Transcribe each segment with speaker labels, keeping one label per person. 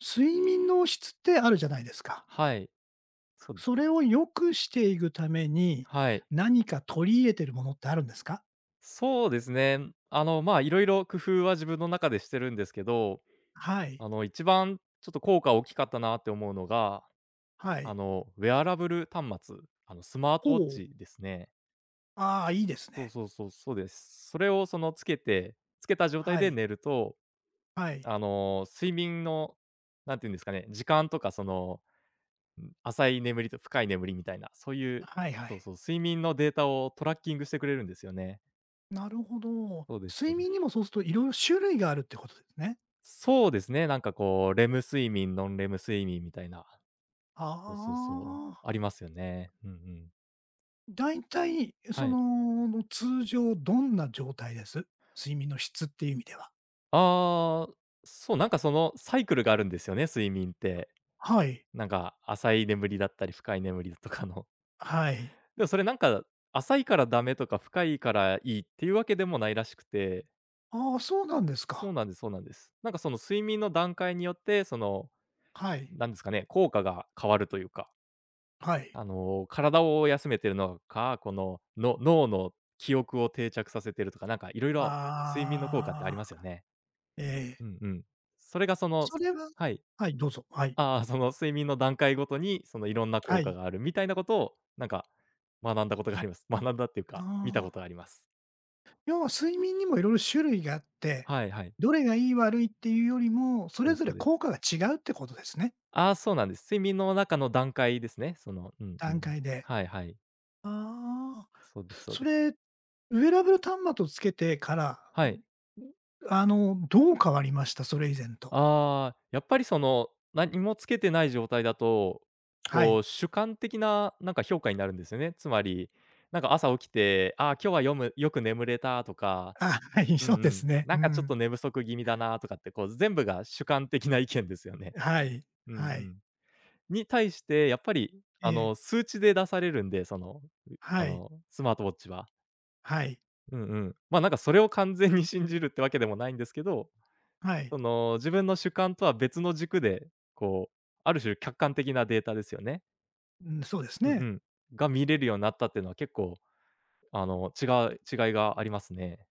Speaker 1: 睡眠の質ってあるじゃないですか。
Speaker 2: はい、そうです
Speaker 1: そ
Speaker 2: ね。
Speaker 1: れを良くしていくために、
Speaker 2: はい。
Speaker 1: 何か取り入れてるものってあるんですか？
Speaker 2: そうですね。まあ、いろいろ工夫は自分の中でしてるんですけど、
Speaker 1: はい。
Speaker 2: 一番ちょっと効果大きかったなって思うのが、
Speaker 1: はい。
Speaker 2: ウェアラブル端末、あの、スマー
Speaker 1: ほ
Speaker 2: トウォッ
Speaker 1: う。
Speaker 2: チですね。
Speaker 1: ああ、いいです
Speaker 2: そう
Speaker 1: ね。
Speaker 2: そうそうそうです。それをそのつけた状態
Speaker 1: は
Speaker 2: で
Speaker 1: い。
Speaker 2: 寝ると、
Speaker 1: はい。
Speaker 2: あの、睡眠の、なんていうんですかね、時間とかその、浅い眠りと深い眠りみたいな、そういう
Speaker 1: はいは
Speaker 2: そう
Speaker 1: い。
Speaker 2: そう、睡眠のデータをトラッキングしてくれるんですよね。
Speaker 1: なるほど。
Speaker 2: そうですそ
Speaker 1: 睡
Speaker 2: うで
Speaker 1: 眠
Speaker 2: す。
Speaker 1: にもそうすると色々種類があるってことですね。
Speaker 2: そうですね、なんかこう、レム睡眠、ノンレム睡眠みたいな。
Speaker 1: あ
Speaker 2: そうそうそう。
Speaker 1: あ。
Speaker 2: ありますよね。うんうん。
Speaker 1: だいたい、
Speaker 2: はい。
Speaker 1: 通常どんな状態です？睡眠の質っていう意味では。
Speaker 2: ああ、そう、なんかそのサイクルがあるんですよね、睡眠って。
Speaker 1: はい。
Speaker 2: なんか浅い眠りだったり、深い眠りとかの。
Speaker 1: はい。
Speaker 2: でもそれなんか、浅いからダメとか、深いからいいっていうわけでもないらしくて。
Speaker 1: ああ、そうなんです
Speaker 2: そう
Speaker 1: か。
Speaker 2: なんですそうなんです。なんかその睡眠の段階によって、その、
Speaker 1: はい。
Speaker 2: なんですかね、効果が変わるというか。
Speaker 1: はい。
Speaker 2: あの、体を休めてるのか、この、の脳の記憶を定着させてるとか、なんかいろいろ睡眠の効果ってあり
Speaker 1: あ
Speaker 2: ますよ
Speaker 1: あ、
Speaker 2: ね。
Speaker 1: え
Speaker 2: う
Speaker 1: え。
Speaker 2: んうん。それがその
Speaker 1: それは
Speaker 2: はい。
Speaker 1: はい、どうぞ。はい。
Speaker 2: ああ、その睡眠の段階ごとに、そのいろんな
Speaker 1: は
Speaker 2: 効果
Speaker 1: い。
Speaker 2: があるみたいなことを、なんか学んだことがあります。学んだっていう
Speaker 1: あ
Speaker 2: か、見たこと
Speaker 1: あ、
Speaker 2: があります。
Speaker 1: 要は睡眠にも色々種類があって、
Speaker 2: はいはい。
Speaker 1: どれがいい悪いっていうよりも、そ
Speaker 2: そう
Speaker 1: れ
Speaker 2: です
Speaker 1: ぞ
Speaker 2: そ
Speaker 1: れ
Speaker 2: うで
Speaker 1: 効
Speaker 2: す。
Speaker 1: 果が違うってことですね、
Speaker 2: ああ、そうなんです。睡眠の中の段階ですね。そのうんう
Speaker 1: 段
Speaker 2: ん。
Speaker 1: 階で。
Speaker 2: はいはい。
Speaker 1: ああ、
Speaker 2: そうですそう
Speaker 1: そ
Speaker 2: です。
Speaker 1: れ、ウェアラブル端末をつけてから、
Speaker 2: はい。
Speaker 1: どう変わりました？それ以前と。
Speaker 2: ああ、やっぱりその、何もつけてない状態だと、
Speaker 1: は
Speaker 2: こ
Speaker 1: い。
Speaker 2: う主観的ななんか評価になるんですよね。つまり、なんか朝起きて、ああ、今日はよく眠れたとか、
Speaker 1: あ、はい、
Speaker 2: うんう
Speaker 1: そうです
Speaker 2: ん、
Speaker 1: ね。う
Speaker 2: なんかちょっ
Speaker 1: ん。
Speaker 2: と寝不足気味だなとかって、こう全部が主観的な意見ですよね。
Speaker 1: はい、
Speaker 2: うんう
Speaker 1: はい。
Speaker 2: ん。に対して、やっぱり
Speaker 1: え
Speaker 2: あ
Speaker 1: え、
Speaker 2: の数値で出されるんで、その、
Speaker 1: は
Speaker 2: あ
Speaker 1: い、
Speaker 2: のスマートウォッチは。
Speaker 1: はい、
Speaker 2: うんうん。ま、なんかそれを完全に信じるってわけでもないんですけど
Speaker 1: はい。
Speaker 2: その、自分の主観とは別の軸で、こう、ある種客観的なデータですよね。
Speaker 1: うん、そうです
Speaker 2: うんう
Speaker 1: ね。
Speaker 2: ん。が見れるようになったっていうのは結構、あの、う違いがありますね。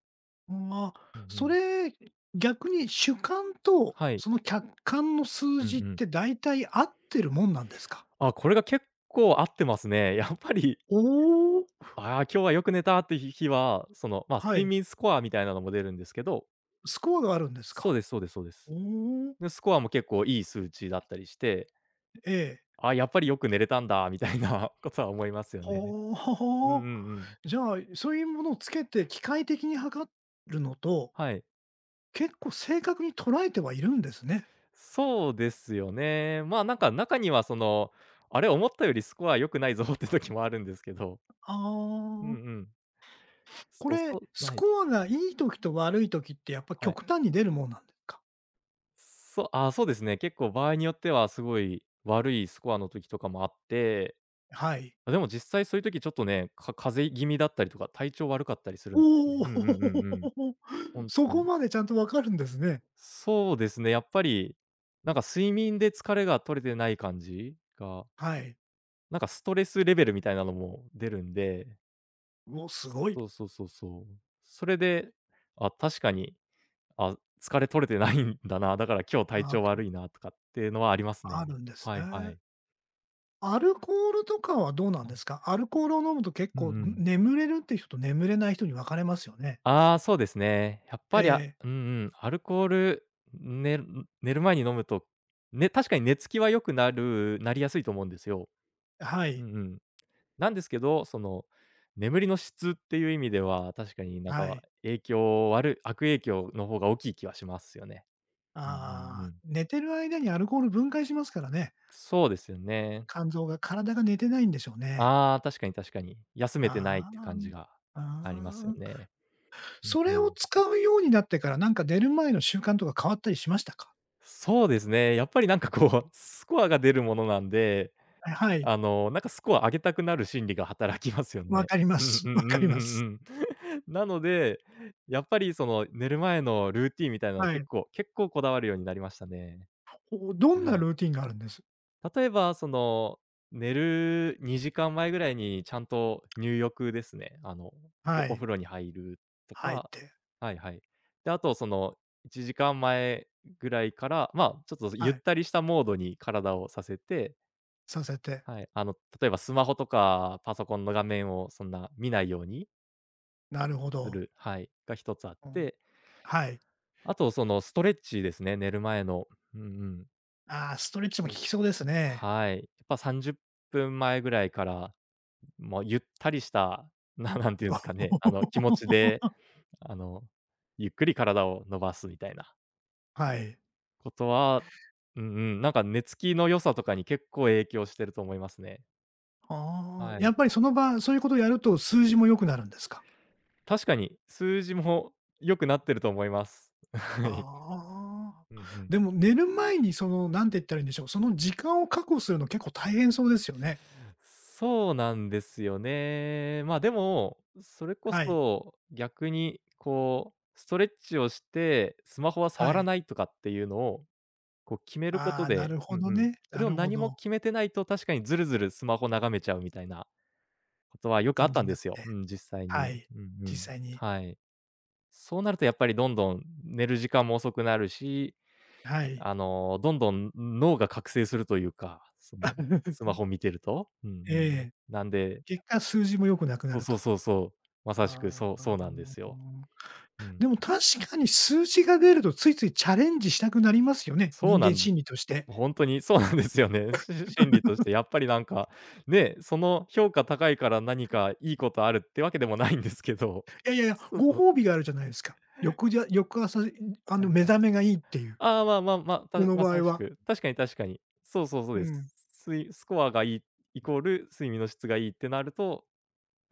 Speaker 1: ああ、
Speaker 2: うんう
Speaker 1: そ
Speaker 2: ん。
Speaker 1: れ、逆に主観と
Speaker 2: はい。
Speaker 1: その客観の数
Speaker 2: うんう
Speaker 1: 字っ
Speaker 2: ん。
Speaker 1: て大体合ってるもんなんですか？
Speaker 2: あ、これが結構合ってますね。やっぱり、
Speaker 1: おお。
Speaker 2: ああ、今日はよく寝たっていう日は、その、まあ、
Speaker 1: は
Speaker 2: 睡
Speaker 1: い、
Speaker 2: 眠スコアみたいなのも出るんですけど
Speaker 1: スコアがあるんです
Speaker 2: そう
Speaker 1: か？
Speaker 2: ですそうですそうです。
Speaker 1: おお。
Speaker 2: で、スコアも結構いい数値だったりして、
Speaker 1: ええ。
Speaker 2: ああ、やっぱりよく寝れたんだみたいな ことは思いますよね。うんう
Speaker 1: は
Speaker 2: ん
Speaker 1: あ。
Speaker 2: うん。
Speaker 1: じゃあ、そういうものをつけて機械的に測るのと、
Speaker 2: はい。
Speaker 1: 結構正確に捉えてはいるんですね。
Speaker 2: そうですよね。まあ、なんか中にはその、あれ思ったよりスコア良くないぞって時もあるんですけど。
Speaker 1: あ
Speaker 2: うんう
Speaker 1: あ。
Speaker 2: ん。
Speaker 1: こ
Speaker 2: そうそ
Speaker 1: れ、
Speaker 2: う、
Speaker 1: ス
Speaker 2: ない、
Speaker 1: コアがいい時と悪い時ってやっぱ
Speaker 2: はい。
Speaker 1: 極端に出るもんなんですか？
Speaker 2: そう、ああ、そうですね。結構場合によってはすごい悪いスコアの時とかもあって、
Speaker 1: はい。
Speaker 2: あ、でも実際そういう時ちょっとね、か風邪気味だったりとか、体調悪かったりするんですよ
Speaker 1: お
Speaker 2: ね。
Speaker 1: お、
Speaker 2: うんうんうんうん。本
Speaker 1: そ
Speaker 2: 当
Speaker 1: こ
Speaker 2: に。
Speaker 1: までちゃんとわかるんですね。
Speaker 2: そうですね、やっぱり、なんか睡眠で疲れが取れてない感じが、
Speaker 1: はい。
Speaker 2: なんかストレスレベルみたいなのも出るんで
Speaker 1: おすごい
Speaker 2: そうそうそうそう。それで、あ、確かに、あ、疲れ取れてないんだな、だから今日体
Speaker 1: な
Speaker 2: 調悪いなとかっていうのはあります
Speaker 1: あ
Speaker 2: ね。
Speaker 1: るんです
Speaker 2: は
Speaker 1: ね。
Speaker 2: いはい。
Speaker 1: アルコールとかはどうなん
Speaker 2: は
Speaker 1: で
Speaker 2: い。
Speaker 1: すか？アルコールを飲むと結
Speaker 2: うん
Speaker 1: 構、
Speaker 2: うん。
Speaker 1: 眠れるっていう人と眠れない人に分かれますよね。
Speaker 2: ああ、そうですね。やっぱり、あ
Speaker 1: え
Speaker 2: うんうん、アルコール、寝る寝る前に飲むと、ね、確かに寝つきは良くなるなりやすいと思うんですよ。
Speaker 1: え、は
Speaker 2: うん
Speaker 1: い、
Speaker 2: うん。なんですけど、その、眠りの質っていう意味では、確かになん
Speaker 1: は
Speaker 2: か
Speaker 1: い。
Speaker 2: 影響悪い悪影響の方が大きい気はしますよね。うんうんう
Speaker 1: ああ、
Speaker 2: ん。
Speaker 1: 寝てる間にアルコール分解しますからね。
Speaker 2: そうですよね。
Speaker 1: 肝臓が体が寝てないんでしょうね。
Speaker 2: ああ、確かに確かに。休めてないっ
Speaker 1: あ
Speaker 2: て感じが
Speaker 1: あ、あ
Speaker 2: ありますよ
Speaker 1: あ。
Speaker 2: ね。うん
Speaker 1: そ
Speaker 2: う
Speaker 1: れを
Speaker 2: ん。
Speaker 1: 使うようになってから、なんか寝る前の習慣とか変わったりしましたか？
Speaker 2: そうですね、やっぱりなんかこう、スコアが出るものなんで、
Speaker 1: はい。
Speaker 2: あの、なんかスコア上げたくなる心理が働きますよ
Speaker 1: わ
Speaker 2: ね。
Speaker 1: かりま
Speaker 2: うん
Speaker 1: す。
Speaker 2: う ん
Speaker 1: わ
Speaker 2: うん
Speaker 1: かり
Speaker 2: う
Speaker 1: ま
Speaker 2: んう
Speaker 1: す。
Speaker 2: ん。なので、やっぱりその寝る前のルーティンみたいなの
Speaker 1: はい。
Speaker 2: 結構こだわるようになりましたね。
Speaker 1: お、ど
Speaker 2: はい
Speaker 1: んな
Speaker 2: はい。
Speaker 1: ルーティンがあるんです？
Speaker 2: 例えば、その、寝る2時間前ぐらいにちゃんと入浴ですね。あの、
Speaker 1: は
Speaker 2: お
Speaker 1: い。
Speaker 2: 風呂に入ると
Speaker 1: 入っ
Speaker 2: か
Speaker 1: て、
Speaker 2: はいはい。で、あとその、1時間前ぐらいから、まあ、ちょっとゆっ
Speaker 1: はい、
Speaker 2: たりしたモードに体をさせて、
Speaker 1: させて。
Speaker 2: はい、あの、例えばスマホとかパソコンの画面をそんな見ないように
Speaker 1: なるほ
Speaker 2: す
Speaker 1: ど。
Speaker 2: るはい、が一つあっ
Speaker 1: うん。
Speaker 2: て、
Speaker 1: はい。
Speaker 2: あとそのストレッチですね、寝る前の。うんうん。
Speaker 1: ああ、ストレッチ
Speaker 2: ス
Speaker 1: も
Speaker 2: ト
Speaker 1: 効
Speaker 2: レッチ
Speaker 1: きそうですね。
Speaker 2: はい。やっぱ30分前ぐらいからもうゆったりした、なんていうんですかね、あの、気持ちで、あの、ゆっくり体を伸ばすみたいな
Speaker 1: はい。
Speaker 2: ことは、うんうん、なんか寝つきの良さとかに結構影響してると思いますね。
Speaker 1: ああ、
Speaker 2: は
Speaker 1: や
Speaker 2: い。
Speaker 1: っぱりその場、そういうことをやると数字も良くなるんですか？
Speaker 2: 確かに数字も良くなってると思います。はい。
Speaker 1: あ
Speaker 2: うんう
Speaker 1: あ。
Speaker 2: ん。
Speaker 1: でも寝る前になんて言ったらいいんでしょう、その時間を確保するの結構大変そうですよね。
Speaker 2: そうなんですよね。まあ、でも、それこ
Speaker 1: はい、
Speaker 2: そ逆にこう、ストレッチをして、スマホは触
Speaker 1: は
Speaker 2: ら
Speaker 1: い。
Speaker 2: ないとかっていうのをこう決めること
Speaker 1: ああ、な
Speaker 2: で
Speaker 1: る
Speaker 2: う
Speaker 1: ほ
Speaker 2: ん
Speaker 1: ど
Speaker 2: うん。
Speaker 1: ね。
Speaker 2: そ
Speaker 1: な
Speaker 2: れを
Speaker 1: るほ
Speaker 2: 何も
Speaker 1: ど。
Speaker 2: 決めてないと、確かにずるずるスマホ眺めちゃうみたいなことはよくあ
Speaker 1: 感
Speaker 2: っ
Speaker 1: じ
Speaker 2: たん
Speaker 1: にな
Speaker 2: で
Speaker 1: っ
Speaker 2: すよ。
Speaker 1: て、
Speaker 2: うん、実際
Speaker 1: は
Speaker 2: に。
Speaker 1: い。
Speaker 2: うんう
Speaker 1: 実
Speaker 2: ん。
Speaker 1: 際に
Speaker 2: はい。そうなるとやっぱりどんどん寝る時間も遅くなるし、
Speaker 1: はい。
Speaker 2: あの、どんどん脳が覚醒するというか、その、スマ ホを見てると。うんうんうん。
Speaker 1: ええ。
Speaker 2: なんで
Speaker 1: 結果数字も良くなくな
Speaker 2: そう
Speaker 1: る
Speaker 2: そ
Speaker 1: と。
Speaker 2: うそうそう。まさしく
Speaker 1: あ
Speaker 2: そうそ
Speaker 1: あ、
Speaker 2: うなんですよ。う ん。
Speaker 1: でも確かに数字が出るとついついチャレンジしたくなりますよね、
Speaker 2: そう
Speaker 1: 人
Speaker 2: な
Speaker 1: 間
Speaker 2: ん
Speaker 1: 心理として。
Speaker 2: 本当にそうなんですよね。心理とし てやっぱりなんか、ね、その評価高いから何かいいことあるってわけでもないんですけど。
Speaker 1: いやいやい や、
Speaker 2: そう
Speaker 1: ご
Speaker 2: そう。
Speaker 1: 褒美があるじゃないですか。よじゃ翌朝、
Speaker 2: は
Speaker 1: 目
Speaker 2: い。
Speaker 1: 覚めがいいっていう、
Speaker 2: ああ、まあまあまあ、
Speaker 1: この
Speaker 2: ま
Speaker 1: 場
Speaker 2: さ
Speaker 1: 合
Speaker 2: し
Speaker 1: は。
Speaker 2: く。確かに確かに。そうそうそう
Speaker 1: う
Speaker 2: です。
Speaker 1: ん。
Speaker 2: スコアがいいイコール睡眠の質がいいってなると、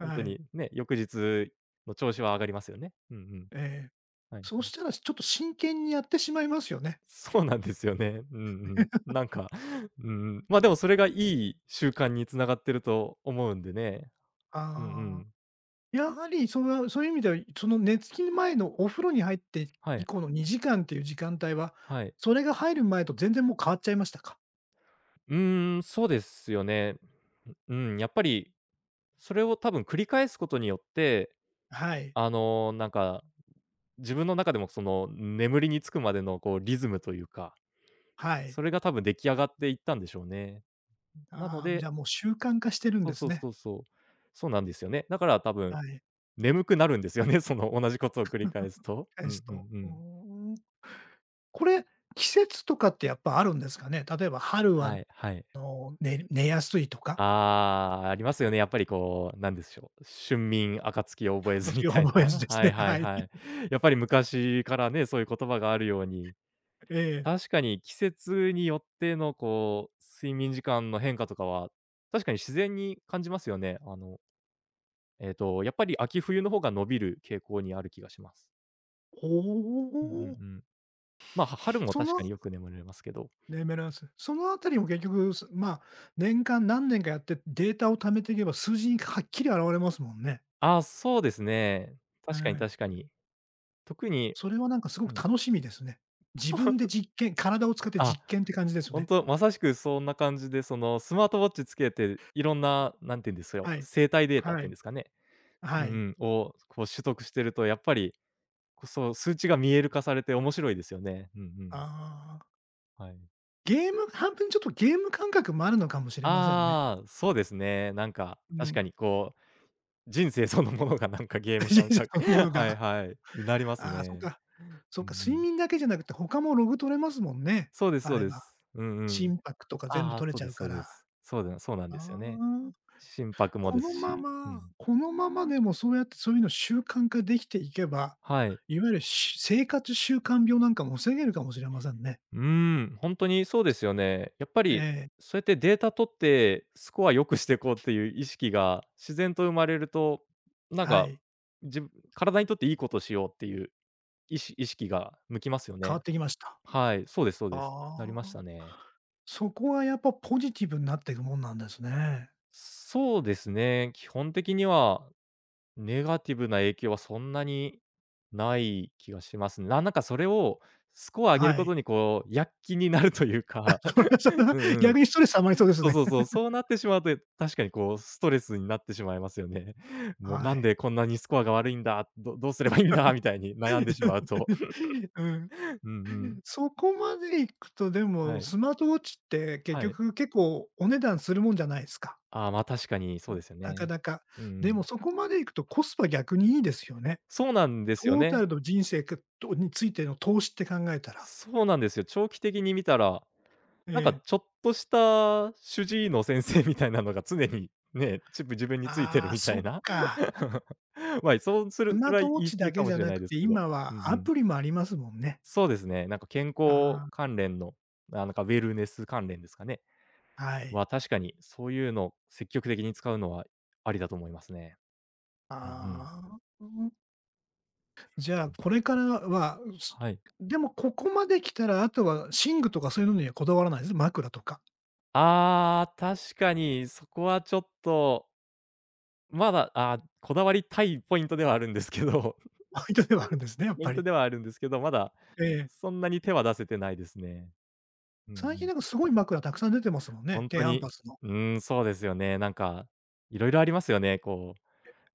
Speaker 2: 本当
Speaker 1: い。
Speaker 2: にね、翌日の調子は上がりますよね。うんうん。
Speaker 1: ええ。
Speaker 2: はい
Speaker 1: そうしたらちょっと真剣にやってしまいますよね。
Speaker 2: そうなんですよね。うんうん。なんか、うんうん。ま、でもそれがいい習慣に繋がってると思うんでね。うんう
Speaker 1: ああ。
Speaker 2: ん。
Speaker 1: やはり、そういう意味では、その寝つき前のお風呂に入って
Speaker 2: は
Speaker 1: 以
Speaker 2: い、
Speaker 1: 降の2時間っていう時間帯は、
Speaker 2: はい。
Speaker 1: それが入る前と全然もう変わっちゃいましたか？
Speaker 2: うーん、そうですよね。うん、やっぱりそれを多分繰り返すことによって、
Speaker 1: はい、
Speaker 2: あの、なんか、自分の中でもその眠りにつくまでのこうリズムというか、
Speaker 1: はい。
Speaker 2: それが多分出来上がっていったんでしょうね。なの
Speaker 1: ああ、じ
Speaker 2: で
Speaker 1: ゃあもう習慣化してるん
Speaker 2: そう
Speaker 1: で
Speaker 2: そ
Speaker 1: す
Speaker 2: う
Speaker 1: ね。
Speaker 2: そうそう。そうなんですよね。だから多
Speaker 1: は
Speaker 2: 分
Speaker 1: い、
Speaker 2: 眠くなるんですよね、その同じことを繰り返すと。う
Speaker 1: テ
Speaker 2: んうん
Speaker 1: ス
Speaker 2: う
Speaker 1: ト。う
Speaker 2: ん。
Speaker 1: ーん。これ、季節とかってやっぱあるんですかね？例えば春は、
Speaker 2: はいはい。
Speaker 1: 寝やすいとか、
Speaker 2: ああ、ありますよね。やっぱりこう、なんでしょう、春眠暁を覚え
Speaker 1: そ
Speaker 2: ず
Speaker 1: う
Speaker 2: み
Speaker 1: いう
Speaker 2: たい
Speaker 1: 思い
Speaker 2: な。
Speaker 1: で す
Speaker 2: はい
Speaker 1: ね。
Speaker 2: はい
Speaker 1: はい。
Speaker 2: はい。やっぱり昔からね、そういう言葉があるように、
Speaker 1: ええ。
Speaker 2: 確かに季節によってのこう、睡眠時間の変化とかは、確かに自然に感じますよね。やっぱり秋冬の方が伸びる傾向にある気がします。
Speaker 1: お
Speaker 2: うんうんう
Speaker 1: お。
Speaker 2: ん。まあ、は春も
Speaker 1: そ
Speaker 2: 確か
Speaker 1: の
Speaker 2: によく眠れますけど。
Speaker 1: ね、メランス。そのあたりも結局、まあ、年間何年かやってデータを貯めていけば、数字にはっきり表れますもんね。
Speaker 2: ああ、そうですね。
Speaker 1: え
Speaker 2: 確かに確
Speaker 1: え。
Speaker 2: かに。特に
Speaker 1: それはなんかすご
Speaker 2: う
Speaker 1: く
Speaker 2: ん。
Speaker 1: 楽しみですね。自分で 実験体を使って
Speaker 2: あ
Speaker 1: 実験って感じですよ
Speaker 2: ほん
Speaker 1: ね。
Speaker 2: と、まさしくそんな感じで、その、スマートウォッチつけて、いろんな、なんて言うんですよ、
Speaker 1: はい。
Speaker 2: 生体データっ
Speaker 1: は
Speaker 2: ていうん
Speaker 1: い。
Speaker 2: ですかね。う
Speaker 1: は
Speaker 2: ん
Speaker 1: い。
Speaker 2: うん、を、こう取得してると、やっぱり、こ、そう、数値が見える化されて面白いですよね。うんうん。
Speaker 1: ああ。
Speaker 2: はい。
Speaker 1: ゲーム半分ちょっとゲーム感覚もあるのかもしれませんね。
Speaker 2: ああ、そうですね。なんか、
Speaker 1: う
Speaker 2: 確
Speaker 1: ん。
Speaker 2: かにこう、人生そのものがなんかゲー ム
Speaker 1: 人
Speaker 2: 感
Speaker 1: 生
Speaker 2: 覚
Speaker 1: そのもの
Speaker 2: はい
Speaker 1: が。
Speaker 2: はい、になります
Speaker 1: ああ、そっ
Speaker 2: ね。
Speaker 1: か。そっ
Speaker 2: うんう
Speaker 1: か、睡
Speaker 2: ん。
Speaker 1: 眠だけじゃなくて他もログ取れますもんね、
Speaker 2: そうです
Speaker 1: あ
Speaker 2: そう
Speaker 1: れ
Speaker 2: で
Speaker 1: ば。
Speaker 2: す。うんうん。
Speaker 1: 心拍とか全部
Speaker 2: ああ、
Speaker 1: 取れ
Speaker 2: そう
Speaker 1: ちゃ
Speaker 2: で
Speaker 1: う
Speaker 2: すそ
Speaker 1: か
Speaker 2: う
Speaker 1: ら。
Speaker 2: で
Speaker 1: あ
Speaker 2: す。そうだそうなんですよね。
Speaker 1: あ。
Speaker 2: 心拍も
Speaker 1: こ
Speaker 2: です
Speaker 1: のま
Speaker 2: し。う
Speaker 1: ま
Speaker 2: ん。
Speaker 1: このままでもそうやってそういうの習慣化できていけば、
Speaker 2: はい。
Speaker 1: いわゆる生活習慣病なんかも防げるかもしれませんね。
Speaker 2: うーん、本当にそうですよね。やっぱ
Speaker 1: え
Speaker 2: り、
Speaker 1: え、
Speaker 2: そうやってデータ取って、スコア良くしていこうっていう意識が自然と生まれると、なん
Speaker 1: は
Speaker 2: か、
Speaker 1: い、
Speaker 2: 自分体にとっていいことしようっていう意識が向きますよ
Speaker 1: 変わ
Speaker 2: ね。
Speaker 1: ってきました。
Speaker 2: はい、そうですそう
Speaker 1: あ
Speaker 2: です。なりまし
Speaker 1: あ、
Speaker 2: たね。
Speaker 1: そこはやっぱポジティブになっていくもんなんですね。
Speaker 2: そうですね、基本的にはネガティブな影響はそんなにない気がしますね。ななんかそれをスコア上げる
Speaker 1: は
Speaker 2: こと
Speaker 1: い。
Speaker 2: にこう、躍起になるという か。
Speaker 1: それはそれ は
Speaker 2: うんうん。
Speaker 1: 逆にストレス溜まりそうです
Speaker 2: そう
Speaker 1: ね。
Speaker 2: そうそう、そうなってしまうと、確かにこうストレスになってしまいますよね。もう
Speaker 1: は
Speaker 2: なん
Speaker 1: い。
Speaker 2: でこんなにスコアが悪いんだ、ど どうすればいいんだみたいに悩んでしまうと。
Speaker 1: うん。
Speaker 2: うんうん。
Speaker 1: そこまでいくとで
Speaker 2: は
Speaker 1: も、
Speaker 2: い、
Speaker 1: スマートウォッチって結
Speaker 2: はい。
Speaker 1: 局結構お値段するもんじゃないですか？
Speaker 2: ああ、ま、確かにそ
Speaker 1: う
Speaker 2: う
Speaker 1: ん、
Speaker 2: ですよ
Speaker 1: なか
Speaker 2: ね。
Speaker 1: なか。
Speaker 2: うんう
Speaker 1: でも
Speaker 2: ん。
Speaker 1: そこまでいくとコスパ逆にいいですよね。
Speaker 2: そうなんで
Speaker 1: ト
Speaker 2: すよ
Speaker 1: ータ
Speaker 2: ね。
Speaker 1: ルの人生くとについての投資って考えたら。
Speaker 2: そうなんですよ。長期的に見たら、
Speaker 1: え
Speaker 2: なんか
Speaker 1: え。
Speaker 2: ちょっとした主治医の先生みたいなのが常にね、チップ自分について
Speaker 1: あ
Speaker 2: る
Speaker 1: あ、
Speaker 2: みた
Speaker 1: そ
Speaker 2: い
Speaker 1: っ
Speaker 2: な。
Speaker 1: か。
Speaker 2: ま、あそうす
Speaker 1: ス
Speaker 2: る
Speaker 1: マ
Speaker 2: そ
Speaker 1: ー
Speaker 2: れは
Speaker 1: トウォッ
Speaker 2: 言い過
Speaker 1: チだ
Speaker 2: ぎ
Speaker 1: け
Speaker 2: かも
Speaker 1: じゃ
Speaker 2: しれ
Speaker 1: な
Speaker 2: ない
Speaker 1: く
Speaker 2: です
Speaker 1: て、
Speaker 2: けど。
Speaker 1: 今は
Speaker 2: うん
Speaker 1: ア
Speaker 2: うん。
Speaker 1: プリもありますもんね。
Speaker 2: そうですね。なんか健康
Speaker 1: あ
Speaker 2: 関連の、あ、なんかウェルネス関連ですかね。
Speaker 1: あ、はい。
Speaker 2: は、確かにそういうのを積極的に使うのはありだと思いますね。
Speaker 1: あ
Speaker 2: うんうん。
Speaker 1: あ、うん。じゃあ、
Speaker 2: うん。
Speaker 1: これからは、す
Speaker 2: はい。
Speaker 1: でもここまで来たら、あとは寝具とかそういうのにはこだわらないです？枕とか。
Speaker 2: ああ、確かにそこはちょっと、まだ、あ、こだわりたいポイントではあるんですけど
Speaker 1: あ、糸ではあるんですね、やっ
Speaker 2: ポイ
Speaker 1: ぱ
Speaker 2: ント
Speaker 1: り。
Speaker 2: ではあるんですけど、まだ
Speaker 1: ええ。
Speaker 2: そんなに手は出せてないですね。うんう
Speaker 1: 最近
Speaker 2: ん。
Speaker 1: なんかすごい枕たくさん出てますもんね、
Speaker 2: 本
Speaker 1: 低
Speaker 2: 当
Speaker 1: 反
Speaker 2: に、
Speaker 1: 発の。
Speaker 2: うーん、そうですよね。なんか、いろいろありますよね、こ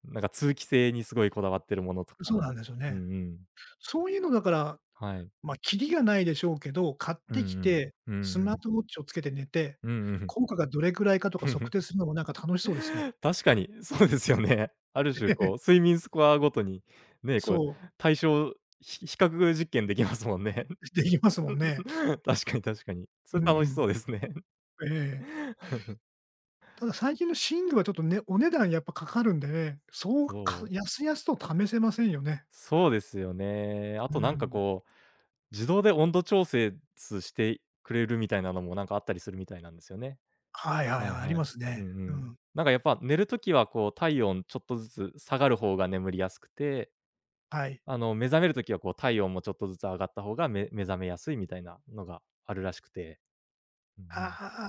Speaker 2: うなんか通気性にすごいこだわってるものと
Speaker 1: そうなん
Speaker 2: か。
Speaker 1: ですよ
Speaker 2: うん
Speaker 1: ね。
Speaker 2: うん。
Speaker 1: そういうのだから、
Speaker 2: はい。
Speaker 1: まあ、キリがないでしょうけど、買っ
Speaker 2: う
Speaker 1: てき
Speaker 2: んうん。
Speaker 1: て、
Speaker 2: う
Speaker 1: ス
Speaker 2: ん
Speaker 1: マ
Speaker 2: う
Speaker 1: ー
Speaker 2: ん。
Speaker 1: トウォッチをつけて寝て、
Speaker 2: うんうん。
Speaker 1: 効果がどれくらいかとか測定するのもなんか楽しそうですね。
Speaker 2: 確かに、そうですよね。ある 種
Speaker 1: え
Speaker 2: こう、
Speaker 1: え。
Speaker 2: 睡眠スコアごとに、ね、こう、
Speaker 1: そう、
Speaker 2: 対象ひ比較実験できますもんね。
Speaker 1: できますもんね。
Speaker 2: 確かに確かに。そ
Speaker 1: う
Speaker 2: れ楽しそ
Speaker 1: ん。
Speaker 2: うですね。
Speaker 1: ええ。ただ最近の寝具はちょっとね、お値段やっぱかかるんでね、そうか
Speaker 2: そう。
Speaker 1: やすやすと試せませんよね。
Speaker 2: そうですよね。あ
Speaker 1: う
Speaker 2: となんか
Speaker 1: ん。
Speaker 2: こう、自動で温度調節してくれるみたいなのもなんかあったりするみたいなんですよね。
Speaker 1: はいはい
Speaker 2: はい
Speaker 1: はい、あり
Speaker 2: はい。
Speaker 1: ます
Speaker 2: うん
Speaker 1: ね。
Speaker 2: う
Speaker 1: う
Speaker 2: ん。
Speaker 1: ん。
Speaker 2: なんかやっぱ寝るときはこう体温ちょっとずつ下がる方が眠りやすくて、
Speaker 1: はい。
Speaker 2: あの目覚めるときはこう体温もちょっとずつ上がった方がめ目覚めやすいみたいなのがあるらしくて。うんうん。
Speaker 1: ああ、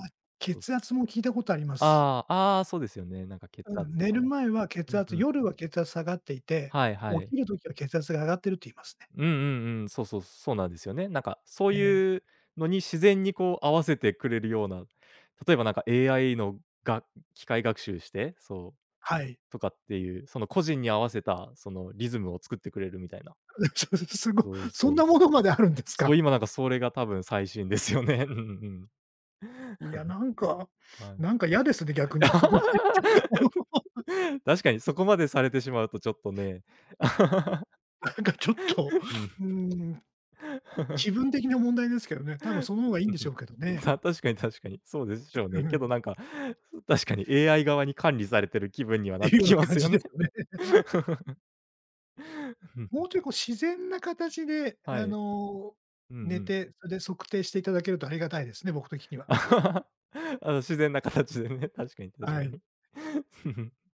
Speaker 2: そうす。
Speaker 1: 血圧も聞いたことあります。
Speaker 2: ああ、ああ、そうですよね。なんか血
Speaker 1: うん、
Speaker 2: 圧と
Speaker 1: 寝
Speaker 2: か
Speaker 1: る
Speaker 2: も。
Speaker 1: 前は
Speaker 2: う
Speaker 1: 血
Speaker 2: ん
Speaker 1: 圧
Speaker 2: うん。
Speaker 1: 夜は血圧下がっていて、
Speaker 2: はい
Speaker 1: 起
Speaker 2: はい。
Speaker 1: きるときは血圧が上がってるって言いますね。
Speaker 2: うんうんうん。そうそう、そうなんですよね。なんかそう
Speaker 1: ええ、
Speaker 2: いうのに自然にこう合わせてくれるような、例えばなんか AI のが機械学習して、そう
Speaker 1: はい。
Speaker 2: とかっていう、その個人に合わせたそのリズムを作ってくれるみたいな。
Speaker 1: すごい
Speaker 2: そう
Speaker 1: そ
Speaker 2: そ
Speaker 1: ん
Speaker 2: う。
Speaker 1: なものまであるんです
Speaker 2: そ
Speaker 1: か？
Speaker 2: う、今なんかそれが多分最新ですよね。うんうん。
Speaker 1: いや、な んか
Speaker 2: はい。
Speaker 1: なんか嫌ですね、逆に、そこまで行っちゃうと。
Speaker 2: 確かにそこまでされてしまうとちょっとね。
Speaker 1: なんかちょっと、
Speaker 2: うん。
Speaker 1: うん、気 分的な問題ですけどね、多分その方がいいん
Speaker 2: うん
Speaker 1: で
Speaker 2: う
Speaker 1: しょ
Speaker 2: ん。
Speaker 1: うけどね。
Speaker 2: た確かに確かに、そうでしょう
Speaker 1: う
Speaker 2: ね。けど
Speaker 1: ん、
Speaker 2: なんか、確かに AI 側に管理されてる気分に
Speaker 1: っ
Speaker 2: は
Speaker 1: て
Speaker 2: なっ
Speaker 1: いう
Speaker 2: て
Speaker 1: ような
Speaker 2: きま
Speaker 1: 感
Speaker 2: すよ
Speaker 1: じで
Speaker 2: ね。
Speaker 1: すよね。
Speaker 2: うん。
Speaker 1: もうちょいこう自然な形で、
Speaker 2: はい。うんう
Speaker 1: 寝
Speaker 2: ん
Speaker 1: て、それで測定していただけるとありがたいですね、僕的に は。
Speaker 2: あの、自然な形でね、確かに確
Speaker 1: は
Speaker 2: か
Speaker 1: い。
Speaker 2: に。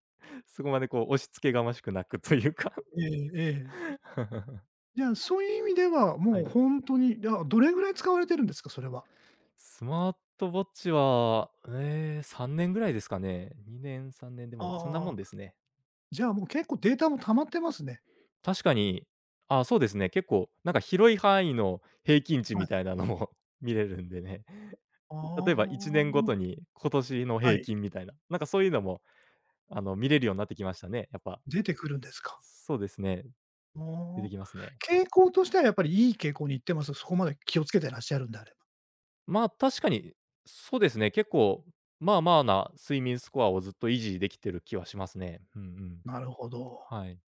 Speaker 2: そこまでこう押し付けがましくなくというか。
Speaker 1: ええええ。じゃあ、そういう意味では、
Speaker 2: は
Speaker 1: もう
Speaker 2: い。
Speaker 1: 本当に、あ、どれぐらい使われてるんですか？それは。
Speaker 2: スマートウォッチは、ええ、3年ぐらいですかね。2年、3年、でもそんなも
Speaker 1: あ
Speaker 2: ん
Speaker 1: あ、
Speaker 2: ですね。
Speaker 1: じゃあ、もう結構データも溜まってますね。
Speaker 2: 確かに、あ、そうですね、結構なんか広い範囲の平均値
Speaker 1: は
Speaker 2: み
Speaker 1: い。
Speaker 2: たいなのも 見れるんでね。
Speaker 1: あ
Speaker 2: 例えば1年ごと
Speaker 1: あ。
Speaker 2: に今年の
Speaker 1: は
Speaker 2: 平
Speaker 1: い、
Speaker 2: 均みたいな、なんかそういうのも、あの、見れるようになってきましたね、やっぱ。
Speaker 1: 出てくるんですか。
Speaker 2: そうですね、
Speaker 1: あ
Speaker 2: 出て
Speaker 1: あ。
Speaker 2: きますね。
Speaker 1: 傾向としてはやっぱりいい傾向に行ってます？そこまで気をつけてらっしゃるんであれば。
Speaker 2: まあ、確かに、そうですね、結構、まあまあな睡眠スコアをずっと維持できてる気はしますね。うんうん。
Speaker 1: なるほど。
Speaker 2: はい。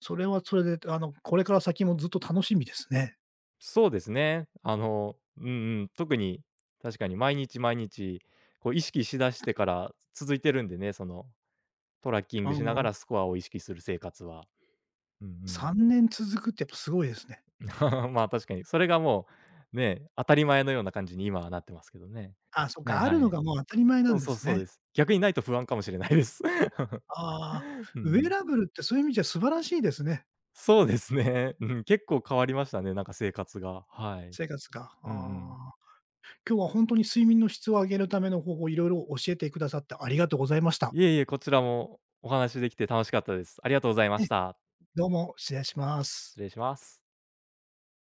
Speaker 1: それはそれで、これから先もずっと楽しみですね。
Speaker 2: そうですね。あの、うんうん、特に確かに毎日毎日、こう意識しだしてから続いてるんでね、その、トラッキング
Speaker 1: あ
Speaker 2: しなが
Speaker 1: あ、
Speaker 2: らスコアを意識する生活は。うんうん。
Speaker 1: 3年続くってやっぱすごいですね。
Speaker 2: まあ、確かにそれがもう、ね、当たり前のような感じに今はなってますけどね。
Speaker 1: あ、そっ
Speaker 2: はい
Speaker 1: か、ある
Speaker 2: は
Speaker 1: の
Speaker 2: い。
Speaker 1: がもう当たり前な
Speaker 2: そ
Speaker 1: ん
Speaker 2: う
Speaker 1: で
Speaker 2: そう
Speaker 1: す
Speaker 2: そ
Speaker 1: ね。
Speaker 2: うです。逆にないと不安かもしれないです。う
Speaker 1: ああ、
Speaker 2: んう
Speaker 1: ウェア
Speaker 2: ん。
Speaker 1: ラブルってそういう意味じゃ素晴らしいですね。
Speaker 2: そうですね。うん、結構変わりましたね、なんか生活が。はい。
Speaker 1: 生活が、
Speaker 2: うんうん。
Speaker 1: ああ。今日は本当に睡眠の質を上げるための方法、いろいろ教えてくださってありがとうございました。
Speaker 2: いえいえ、こちらもお話しできて楽しかったです。ありがとうございま
Speaker 1: え、
Speaker 2: した。
Speaker 1: どうも失礼します。
Speaker 2: 失礼します。